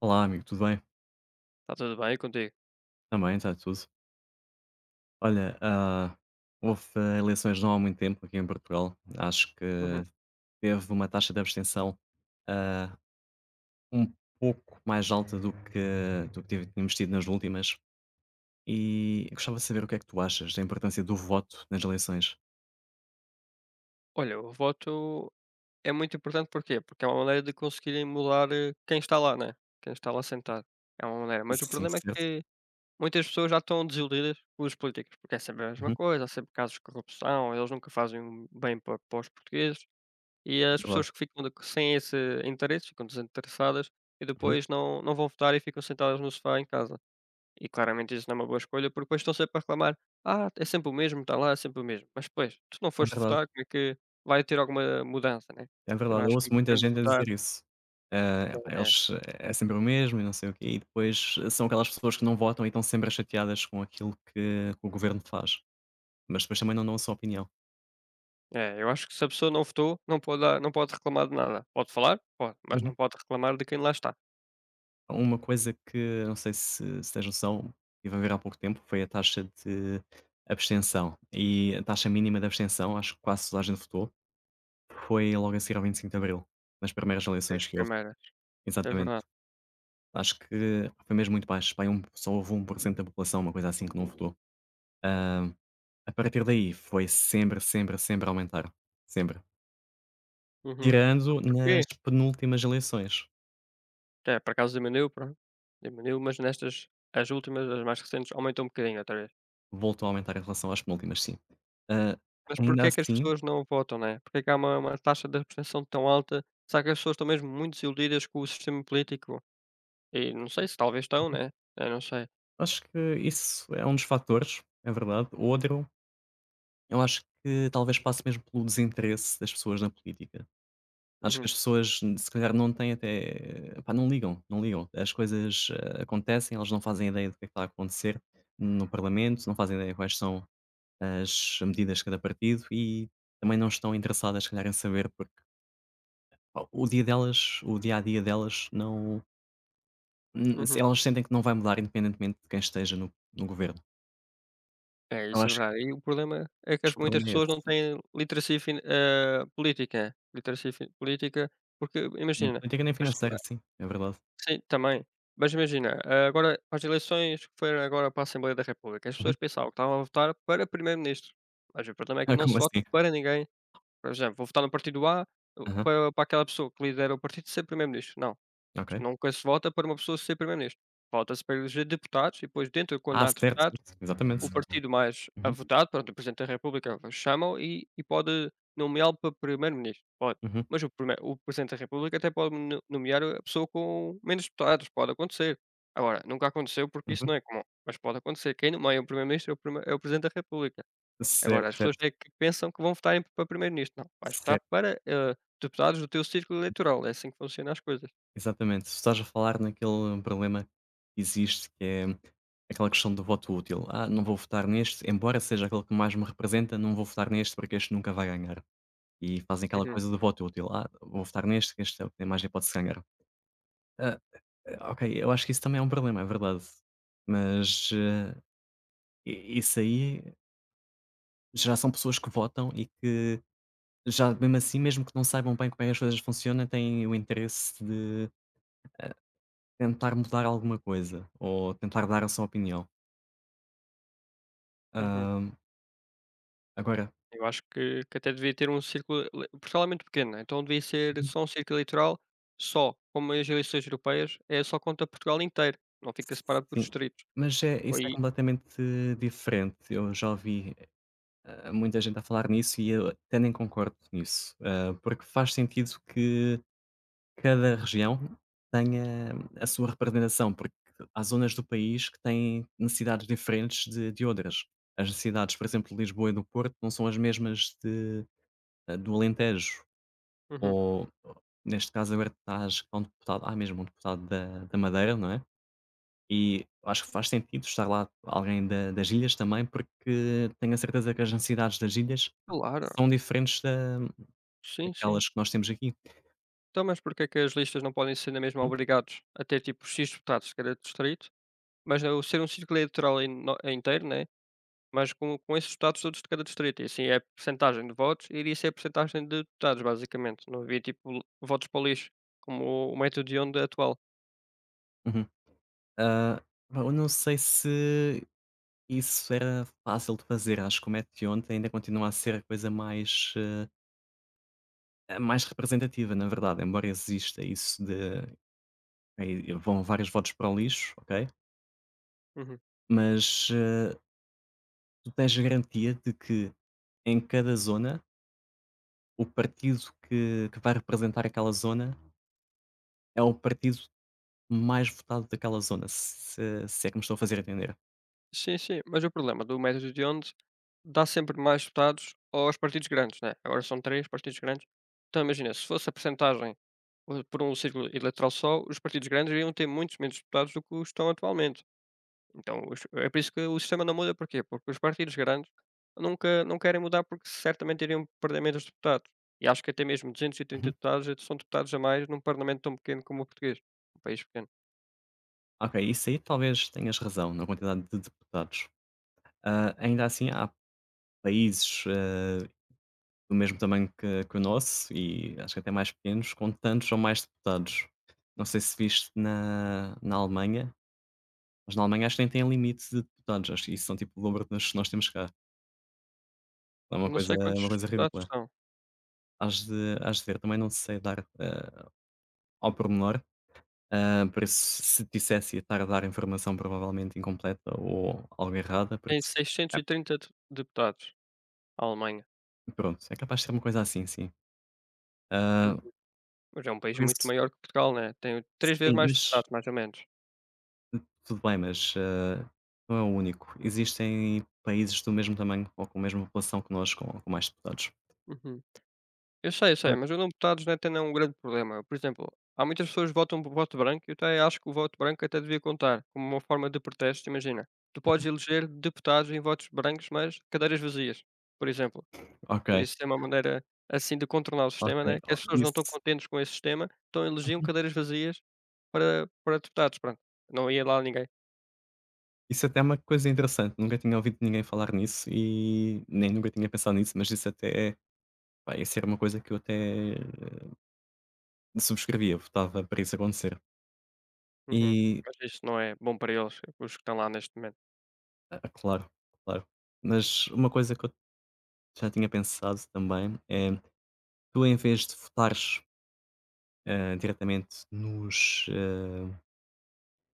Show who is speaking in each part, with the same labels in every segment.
Speaker 1: Olá, amigo, tudo bem?
Speaker 2: Está tudo bem contigo?
Speaker 1: Também, está tudo. Olha, houve eleições não há muito tempo aqui em Portugal. Acho que
Speaker 2: Uhum.
Speaker 1: teve uma taxa de abstenção ah, um pouco mais alta do que tínhamos tido nas últimas. E eu gostava de saber o que é que tu achas da importância do voto nas eleições.
Speaker 2: Olha, o voto é muito importante porquê? Porque é uma maneira de conseguirem mudar quem está lá, né? Quem está lá sentado. É uma maneira. Mas o
Speaker 1: Sim,
Speaker 2: problema é
Speaker 1: certo?
Speaker 2: que muitas pessoas já estão desiludidas com os políticos, porque é sempre a mesma
Speaker 1: Uhum, é
Speaker 2: coisa, há sempre casos de corrupção, eles nunca fazem um bem para os portugueses e as
Speaker 1: verdade.
Speaker 2: pessoas que ficam sem esse interesse ficam desinteressadas e
Speaker 1: Uhum,
Speaker 2: depois não vão votar e ficam sentadas no sofá em casa. E claramente isso não é uma boa escolha, porque depois estão sempre a reclamar: "Ah, é sempre o mesmo, está lá, é sempre o mesmo". Mas depois, tu não
Speaker 1: é
Speaker 2: foste
Speaker 1: verdade.
Speaker 2: votar, como é que vai ter alguma mudança, né?
Speaker 1: É
Speaker 2: Eu
Speaker 1: verdade, eu
Speaker 2: acho que é
Speaker 1: ouço muita
Speaker 2: importante
Speaker 1: gente a
Speaker 2: votar.
Speaker 1: dizer isso. Epá,
Speaker 2: É, é,
Speaker 1: eles é sempre o mesmo e não sei o quê, e depois são aquelas pessoas que não votam e estão sempre chateadas com aquilo que o governo faz, mas depois também não dão a sua opinião.
Speaker 2: é, eu acho que se a pessoa não votou, não pode reclamar de nada. Pode falar? Pode, mas não
Speaker 1: Uhum.
Speaker 2: pode reclamar de quem lá está.
Speaker 1: Uma coisa que não sei se tens noção, estive a ver há pouco tempo, foi a taxa de abstenção, e a taxa mínima de abstenção, acho que quase toda a gente votou, foi logo a seguir ao 25 de Abril, nas primeiras
Speaker 2: É as
Speaker 1: eleições que houve.
Speaker 2: primeiras, é
Speaker 1: Exatamente.
Speaker 2: verdade.
Speaker 1: Acho que foi mesmo muito baixo, pá, só houve 1% da população, uma coisa assim, que não votou. A partir daí foi sempre, sempre, sempre a aumentar, sempre.
Speaker 2: Uhum.
Speaker 1: Tirando
Speaker 2: Porquê?
Speaker 1: nas penúltimas eleições,
Speaker 2: É, por acaso diminuiu, pronto, diminuiu, mas nestas, as últimas, as mais recentes, aumentou um bocadinho outra vez.
Speaker 1: voltou a aumentar em relação às penúltimas, sim. Ah,
Speaker 2: Mas porquê
Speaker 1: ainda
Speaker 2: é que as
Speaker 1: assim,
Speaker 2: pessoas não votam, né? Porquê é que há uma taxa de abstenção tão alta? Será que as pessoas estão mesmo muito desiludidas com o sistema político? E não sei se talvez estão, né? Eu não sei.
Speaker 1: acho que isso é um dos fatores, é verdade. Outro, eu acho que talvez passe mesmo pelo desinteresse das pessoas na política. Acho que
Speaker 2: Uhum,
Speaker 1: as pessoas, se calhar, não têm até. Pá, não ligam, não ligam. As coisas acontecem, elas não fazem ideia do que é que está a acontecer no Parlamento, não fazem ideia quais são as medidas de cada partido e também não estão interessadas, se calhar, em saber, porque pá, o dia a dia delas, não. n- se
Speaker 2: uhum.
Speaker 1: Elas sentem que não vai mudar, independentemente de quem esteja no governo.
Speaker 2: É,
Speaker 1: Eu
Speaker 2: isso é
Speaker 1: acho,
Speaker 2: verdade. E o problema é que
Speaker 1: acho
Speaker 2: as
Speaker 1: que o
Speaker 2: muitas
Speaker 1: problema é
Speaker 2: pessoas não
Speaker 1: esse.
Speaker 2: têm literacia política. Né? Literacia fi política, porque
Speaker 1: Nem
Speaker 2: imagina,
Speaker 1: política nem
Speaker 2: as
Speaker 1: financeira,
Speaker 2: pessoas
Speaker 1: sim, é verdade.
Speaker 2: sim, também. Mas imagina, agora as eleições que foram agora para a Assembleia da República, as
Speaker 1: Uhum.
Speaker 2: pessoas pensavam que estavam a votar para primeiro-ministro, mas o problema é que
Speaker 1: Ah,
Speaker 2: não
Speaker 1: como
Speaker 2: se vota
Speaker 1: assim?
Speaker 2: para ninguém. Por exemplo, vou votar no partido A,
Speaker 1: Aham,
Speaker 2: para aquela pessoa que lidera o partido ser primeiro-ministro. Não,
Speaker 1: ok.
Speaker 2: tu nunca se vota para uma pessoa ser primeiro-ministro. Vota-se para eleger deputados e depois dentro quando
Speaker 1: Ah,
Speaker 2: há
Speaker 1: certo,
Speaker 2: deputado
Speaker 1: certo, exatamente.
Speaker 2: o partido mais a
Speaker 1: Uhum,
Speaker 2: votado, pronto, o Presidente da República chama-o e pode nomeá-lo para primeiro-ministro, pode.
Speaker 1: uhum,
Speaker 2: Mas o Presidente da República até pode no nomear a pessoa com menos deputados, pode acontecer. Agora, nunca aconteceu porque isso não
Speaker 1: uhum.
Speaker 2: é comum, mas pode acontecer. Quem nomeia o primeiro-ministro é o prime é o Presidente da República.
Speaker 1: Certo,
Speaker 2: Agora, as pessoas
Speaker 1: certo,
Speaker 2: é que pensam que vão votar para primeiro-ministro. Não, vais votar
Speaker 1: certo.
Speaker 2: para, deputados do teu círculo eleitoral, é assim que funcionam as coisas.
Speaker 1: Exatamente. Tu estás a falar naquele problema que existe, que é aquela questão do voto útil. "Ah, não vou votar neste, embora seja aquele que mais me representa, não vou votar neste porque este nunca vai ganhar". E fazem aquela
Speaker 2: Uhum,
Speaker 1: coisa do voto útil. "Ah, vou votar neste, que este é o que tem mais hipótese de ganhar". Ah, ok, eu acho que isso também é um problema, é verdade. Mas, i isso aí já são pessoas que votam e que já mesmo assim, mesmo que não saibam bem como é que as coisas funcionam, têm o interesse de tentar mudar alguma coisa ou tentar dar a sua opinião.
Speaker 2: uhum.
Speaker 1: Agora
Speaker 2: Eu acho que até devia ter um círculo ele Portugal é muito pequeno, né? Então devia ser só um círculo eleitoral só, como as eleições europeias, é só conta Portugal inteiro, não fica separado por
Speaker 1: sim,
Speaker 2: distritos.
Speaker 1: mas é isso é
Speaker 2: Aí
Speaker 1: completamente diferente. Eu já ouvi, muita gente a falar nisso e eu até nem concordo nisso, porque faz sentido que cada região tenha a sua representação, porque há zonas do país que têm necessidades diferentes de outras. As necessidades, por exemplo, de Lisboa e do Porto não são as mesmas de do Alentejo
Speaker 2: uhum.
Speaker 1: ou, neste caso, agora estás com um deputado há mesmo um deputado da Madeira, não é? E acho que faz sentido estar lá alguém da das ilhas também, porque tenho a certeza que as ansiedades das ilhas
Speaker 2: Claro,
Speaker 1: são diferentes da
Speaker 2: sim, sim.
Speaker 1: daquelas que nós temos aqui.
Speaker 2: Então, mas porquê é que as listas não podem ser na mesma
Speaker 1: Uhum.
Speaker 2: obrigados a ter tipo X deputados de cada distrito, mas ao ser um círculo eleitoral eno inteiro, né? Mas com esses deputados todos de cada distrito, e assim é percentagem de votos, e iria ser percentagem de deputados, basicamente. Não havia, tipo, votos para o lixo, como o método de Hond atual.
Speaker 1: Uhum. Ah, pá, eu não sei se isso era fácil de fazer, acho que o Meteonte ainda continua a ser a coisa mais, a mais representativa, na verdade, embora exista isso de aí vão vários votos para o lixo, ok,
Speaker 2: Uhum.
Speaker 1: mas, tu tens garantia de que em cada zona o partido que vai representar aquela zona é o partido mais votado daquela zona, se é que me estou a fazer entender.
Speaker 2: Sim, sim, mas o problema do método de Hond dá sempre mais deputados aos partidos grandes, né, agora são 3 partidos grandes. Então imagina, se fosse a percentagem, por um círculo eleitoral só, os partidos grandes iriam ter muitos menos deputados do que os estão atualmente. Então, os é por isso que o sistema não muda, porquê? Porque os partidos grandes nunca não querem mudar, porque certamente iriam perder menos deputados. E acho que até mesmo 230
Speaker 1: Uhum.
Speaker 2: deputados já são deputados a mais num parlamento tão pequeno como o português, um país pequeno.
Speaker 1: Ok, isso aí talvez tenhas razão na quantidade de deputados. Ainda assim há países, do mesmo tamanho que o nosso e acho que até mais pequenos, com tantos ou mais deputados. Não sei se viste na Alemanha, mas na Alemanha acho que nem tem limite de deputados, acho que isso são tipo o dobro das que nós temos cá.
Speaker 2: Não sei
Speaker 1: É
Speaker 2: quantos
Speaker 1: uma coisa
Speaker 2: deputados
Speaker 1: ridícula.
Speaker 2: são,
Speaker 1: Hás de ver, também não sei dar, ao pormenor, por isso se dissesse ia estar a dar informação provavelmente incompleta ou algo errada, por
Speaker 2: tem
Speaker 1: isso é
Speaker 2: 630 de deputados, a Alemanha.
Speaker 1: pronto, é capaz de ser uma coisa assim, sim. Hã,
Speaker 2: Uhum. Mas é um país
Speaker 1: por
Speaker 2: muito
Speaker 1: isso
Speaker 2: maior que Portugal, né, tem 3 vezes
Speaker 1: sim,
Speaker 2: mais
Speaker 1: mas
Speaker 2: deputados, mais ou menos.
Speaker 1: tudo bem, mas, não é o único. Existem países do mesmo tamanho ou com a mesma população que nós com mais deputados.
Speaker 2: Uhum. Eu sei,
Speaker 1: Ah,
Speaker 2: mas o número deputados não é até não é um grande problema. Por exemplo, há muitas pessoas que votam por voto branco, e eu até acho que o voto branco até devia contar como uma forma de protesto. Imagina, tu podes
Speaker 1: uhum,
Speaker 2: eleger deputados em votos brancos, mas cadeiras vazias, por exemplo.
Speaker 1: ok,
Speaker 2: Por isso é uma maneira assim de contornar o
Speaker 1: ok,
Speaker 2: sistema, né? Que
Speaker 1: ó
Speaker 2: as pessoas não estão
Speaker 1: isso.
Speaker 2: contentes com esse sistema, então elegiam
Speaker 1: Uhum.
Speaker 2: cadeiras vazias para deputados, pronto. Não ia lá ninguém.
Speaker 1: Isso até é uma coisa interessante, nunca tinha ouvido ninguém falar nisso e nem nunca tinha pensado nisso, mas isso até, é. Pá, isso era uma coisa que eu até subscrevia, votava para isso acontecer.
Speaker 2: Uhum.
Speaker 1: E,
Speaker 2: Mas isso não é bom para eles, os que estão lá neste momento.
Speaker 1: claro, claro. Mas uma coisa que eu já tinha pensado também é, tu em vez de votares, diretamente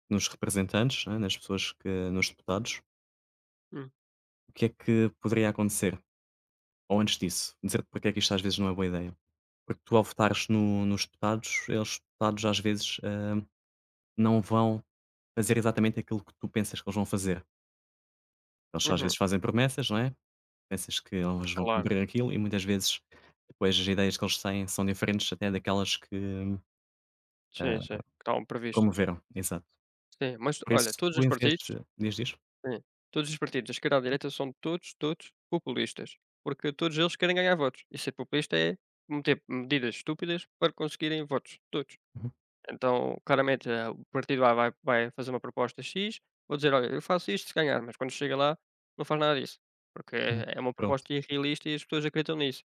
Speaker 1: nos representantes, né, nas pessoas que nos deputados,
Speaker 2: Hum.
Speaker 1: o que é que poderia acontecer? Ou antes disso, dizer-te porque é que isto às vezes não é boa ideia. Porque tu ao votares no nos deputados, eles deputados às vezes, não vão fazer exatamente aquilo que tu pensas que eles vão fazer. Eles às
Speaker 2: Uhum.
Speaker 1: vezes fazem promessas, não é? Pensas que eles vão
Speaker 2: Claro,
Speaker 1: cumprir aquilo e muitas vezes depois as ideias que eles têm são diferentes até daquelas que,
Speaker 2: sim,
Speaker 1: hã,
Speaker 2: sim, que estavam previstas.
Speaker 1: promoveram. Exato.
Speaker 2: Sim, mas
Speaker 1: Por
Speaker 2: olha,
Speaker 1: isso
Speaker 2: todos
Speaker 1: tu
Speaker 2: os
Speaker 1: em vez
Speaker 2: partidos
Speaker 1: de diz?
Speaker 2: sim, todos os partidos, da esquerda à direita, são todos, todos populistas, porque todos eles querem ganhar votos, e ser populista é meter medidas estúpidas para conseguirem votos, todos.
Speaker 1: Uhum,
Speaker 2: Então, claramente, o partido A vai fazer uma proposta X, vou dizer: "Olha, eu faço isto se ganhar", mas quando chega lá não faz nada disso, porque
Speaker 1: uhum.
Speaker 2: é uma
Speaker 1: Pronto,
Speaker 2: proposta irrealista e as pessoas acreditam nisso.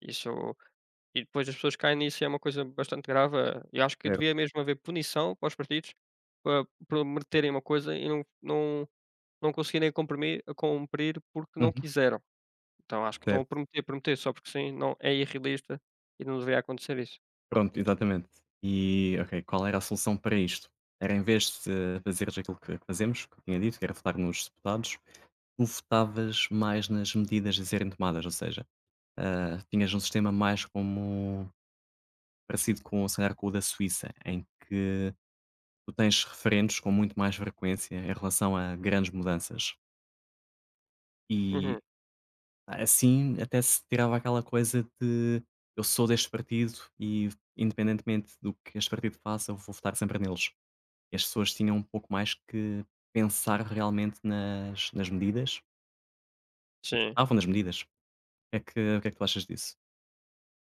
Speaker 2: Isso e depois as pessoas caem nisso e é uma coisa bastante grave, e acho que
Speaker 1: certo.
Speaker 2: devia mesmo haver punição para os partidos, pa por meterem uma coisa e não conseguirem comprimi cumprir porque não
Speaker 1: Uhum,
Speaker 2: quiseram. Então acho que estão a
Speaker 1: certo.
Speaker 2: prometer só porque sim, não é irrealista e não deveria acontecer isso.
Speaker 1: Pronto, exatamente. E, ok, qual era a solução para isto? Era em vez de fazeres aquilo que fazemos, que eu tinha dito, que era votar nos deputados, tu votavas mais nas medidas a serem tomadas, ou seja, tinhas um sistema mais como parecido com, se calhar, com o da Suíça, em que tu tens referendos com muito mais frequência em relação a grandes mudanças. E
Speaker 2: Uhum,
Speaker 1: assim até se tirava aquela coisa de eu sou deste partido e independentemente do que este partido faça, eu vou votar sempre neles. E as pessoas tinham um pouco mais que pensar realmente nas medidas, e que
Speaker 2: sim.
Speaker 1: estavam nas medidas. É que o que é que tu achas disso?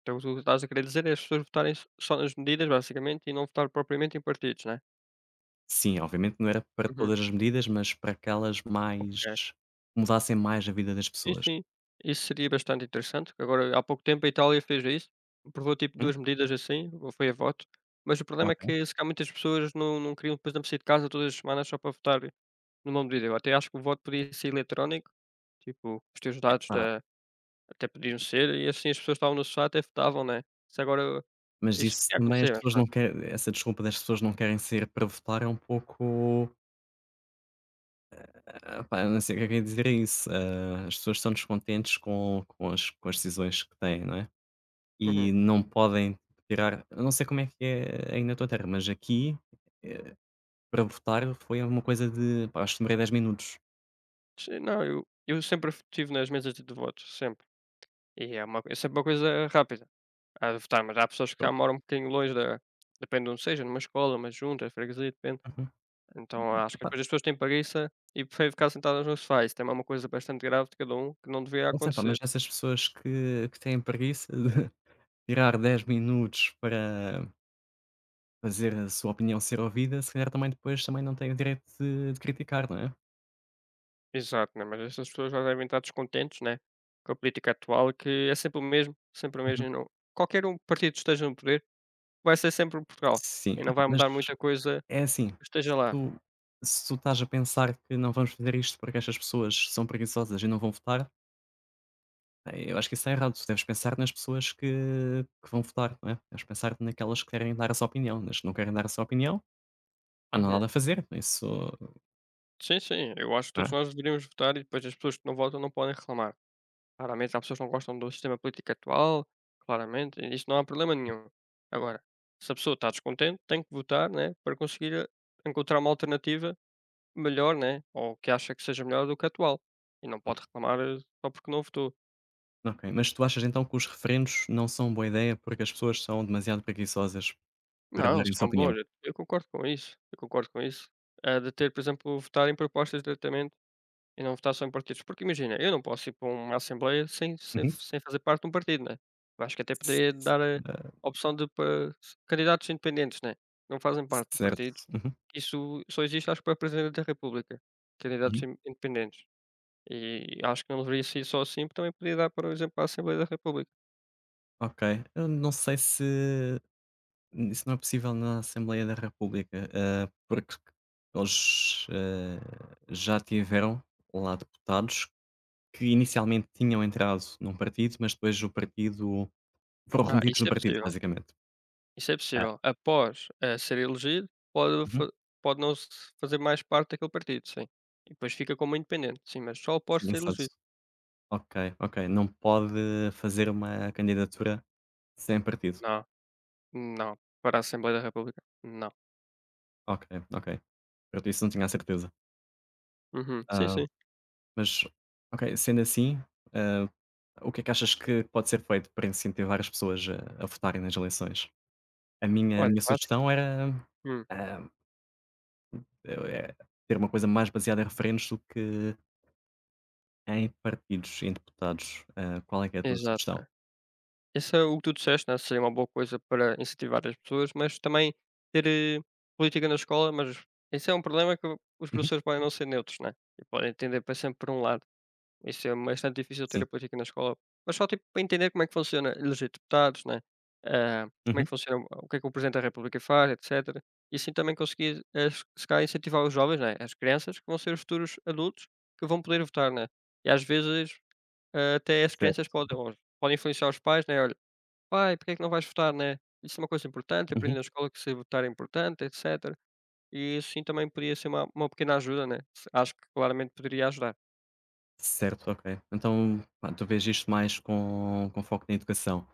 Speaker 2: Então, o que tu estás a querer dizer é as pessoas votarem s só nas medidas, basicamente, e não votar propriamente em partidos, né?
Speaker 1: Sim, obviamente não era para
Speaker 2: Uhum.
Speaker 1: todas as medidas, mas para aquelas
Speaker 2: Ok.
Speaker 1: mais mudassem mais a vida das
Speaker 2: Sim,
Speaker 1: pessoas.
Speaker 2: sim, isso seria bastante interessante. Que Agora, há pouco tempo a Itália fez isso, aprovou tipo
Speaker 1: Hum?
Speaker 2: 2 medidas assim, ou foi a voto, mas o problema é
Speaker 1: Ok.
Speaker 2: que se calhar muitas pessoas não queriam, depois não sair de casa todas as semanas só para votar numa medida. Eu até acho que o voto podia ser eletrónico, tipo, os teus dados
Speaker 1: Epá,
Speaker 2: da até podiam ser, e assim as pessoas estavam no sofá até votavam, né? Se agora
Speaker 1: mas
Speaker 2: isso
Speaker 1: isso
Speaker 2: podia
Speaker 1: também as
Speaker 2: acontecer, mas
Speaker 1: pessoas não
Speaker 2: pronto.
Speaker 1: querem essa desculpa das pessoas não querem sair para votar é um pouco, pá, eu não sei o que é que eu ia dizer a isso. Ah, as pessoas estão descontentes com as decisões que têm, não é?
Speaker 2: Uhum.
Speaker 1: E não podem tirar eu não sei como é que é aí na tua terra, mas aqui, eh, para votar foi uma coisa de pá, acho que demorei 10 minutos.
Speaker 2: Sim, não, eu sempre f estive nas mesas de votos, sempre. E é uma é sempre uma coisa rápida. Há de votar, mas há pessoas que já
Speaker 1: Pronto.
Speaker 2: moram um bocadinho longe da depende de onde seja, numa escola, numa junta, freguesia, depende.
Speaker 1: Uhum.
Speaker 2: Então acho que
Speaker 1: Pá,
Speaker 2: depois as pessoas têm preguiça e preferem ficar sentadas no sofá. Isso também é uma coisa bastante grave de cada um que não deveria
Speaker 1: não sei, pá, mas
Speaker 2: acontecer.
Speaker 1: essas pessoas que têm preguiça de tirar 10 minutos para fazer a sua opinião ser ouvida, se calhar também depois também não têm o direito de criticar, não é?
Speaker 2: Exato, né, mas essas pessoas já devem estar descontentes, né, com a política atual que é sempre o mesmo e
Speaker 1: Uhum.
Speaker 2: não qualquer um partido que esteja no poder vai ser sempre Portugal
Speaker 1: Sim,
Speaker 2: e
Speaker 1: epá,
Speaker 2: não vai
Speaker 1: mas
Speaker 2: mudar muita coisa
Speaker 1: é assim,
Speaker 2: que esteja
Speaker 1: se
Speaker 2: lá.
Speaker 1: tu se tu estás a pensar que não vamos fazer isto porque estas pessoas são preguiçosas e não vão votar. Eu acho que isso está errado. Tu deves pensar nas pessoas que vão votar, não é? Deves pensar naquelas que querem dar a sua opinião, nas que não querem dar a sua opinião, pá, não há
Speaker 2: Uhum.
Speaker 1: nada a fazer, isso
Speaker 2: Sim, sim, eu acho que
Speaker 1: não
Speaker 2: todos
Speaker 1: é?
Speaker 2: nós deveríamos votar e depois as pessoas que não votam não podem reclamar. Claramente há pessoas que não gostam do sistema político atual, claramente, e isso não há problema nenhum. Agora, se a pessoa está descontente, tem que votar, né, para conseguir encontrar uma alternativa melhor, né, ou que acha que seja melhor do que a atual. E não
Speaker 1: Pronto,
Speaker 2: pode reclamar só porque não votou.
Speaker 1: ok. Mas tu achas então que os referendos não são boa ideia porque as pessoas são demasiado preguiçosas para
Speaker 2: Não,
Speaker 1: darem a sua
Speaker 2: são
Speaker 1: opinião?
Speaker 2: bons, eu concordo com isso, eu concordo com isso. De ter, por exemplo, votar em propostas diretamente. E não votar só em partidos, porque imagina, eu não posso ir para uma assembleia
Speaker 1: Uhum.
Speaker 2: sem fazer parte de um partido, né. Eu acho que até
Speaker 1: Ce
Speaker 2: poderia dar a
Speaker 1: ah,
Speaker 2: opção de para candidatos independentes, né, não fazem parte de
Speaker 1: certo.
Speaker 2: partidos,
Speaker 1: Uhum,
Speaker 2: isso só existe acho que para Presidente da República, candidatos
Speaker 1: uhum.
Speaker 2: in independentes. E acho que não deveria ser só assim, porque também poderia dar, por exemplo, para a Assembleia da República.
Speaker 1: Ok. Eu não sei se isso não é possível na Assembleia da República, porque eles, já tiveram lá deputados que inicialmente tinham entrado num partido, mas depois o partido foram
Speaker 2: Ah,
Speaker 1: removidos
Speaker 2: isso
Speaker 1: do
Speaker 2: é
Speaker 1: partido,
Speaker 2: possível,
Speaker 1: basicamente.
Speaker 2: isso é
Speaker 1: É.
Speaker 2: possível. Após, ser elegido,
Speaker 1: Uhum.
Speaker 2: pode não se fazer mais parte daquele partido, sim. E depois fica como independente, sim, mas só após
Speaker 1: Sim,
Speaker 2: ser
Speaker 1: exato.
Speaker 2: elegido.
Speaker 1: Ok, ok. Não pode fazer uma candidatura sem partido.
Speaker 2: Não. Não, para a Assembleia da República, não.
Speaker 1: Ok, ok. Eu isso não tinha a certeza.
Speaker 2: Uhum. Sim,
Speaker 1: Ah,
Speaker 2: sim.
Speaker 1: mas, ok, sendo assim, ah, o que é que achas que pode ser feito para incentivar as pessoas a votarem nas eleições? A
Speaker 2: Olha,
Speaker 1: minha
Speaker 2: eu acho que.
Speaker 1: sugestão era,
Speaker 2: Hum,
Speaker 1: ah, eh, ter uma coisa mais baseada em referendos do que em partidos, em deputados, qual é que é a tua sugestão?
Speaker 2: exato. Isso é o que tu disseste, né, seria uma boa coisa para incentivar as pessoas, mas também ter, política na escola, mas isso é um problema que os
Speaker 1: Uhum,
Speaker 2: professores podem não ser neutros, né, e podem tender para sempre para um lado. Isso é bastante difícil ter
Speaker 1: sim,
Speaker 2: apoio aqui na escola, mas só tipo para entender como é que funciona eleger deputados, né? Ah, como é
Speaker 1: uhum,
Speaker 2: que funciona, o que é que o Presidente da República faz, etcétera. E assim também conseguir, se calhar incentivar os jovens, né, as crianças, que vão ser os futuros adultos que vão poder votar, né? E às vezes, até as crianças
Speaker 1: certo,
Speaker 2: podem, ou podem influenciar os pais, né? Olha, pai, porque é que não vais votar, né? Isso é uma coisa importante, aprendi
Speaker 1: Uhum.
Speaker 2: na escola que se votar é importante, etcétera. E isso sim também podia ser uma pequena ajuda, né? Acho que claramente poderia ajudar.
Speaker 1: Certo, ok. Então, pá, tu vês isto mais com foco na educação,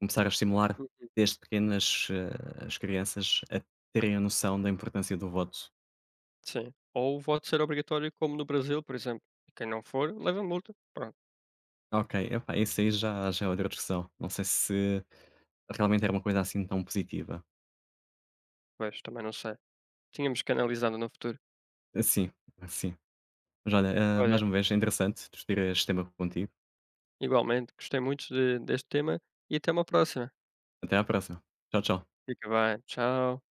Speaker 1: começar a estimular desde pequenas, as crianças a terem a noção da importância do voto.
Speaker 2: Sim. Ou o voto ser obrigatório como no Brasil, por exemplo. E quem não for, leva multa. Pronto,
Speaker 1: Ok, epá, isso aí já já é outra discussão, não sei se realmente era uma coisa assim tão positiva.
Speaker 2: pois, também não sei. Tínhamos que analisar no futuro.
Speaker 1: Sim, sim. Mas olha,
Speaker 2: Olha,
Speaker 1: mais uma vez é interessante discutir este tema contigo.
Speaker 2: igualmente, gostei muito de deste tema e até uma próxima.
Speaker 1: Até à próxima. Tchau, tchau.
Speaker 2: Fica bem, tchau.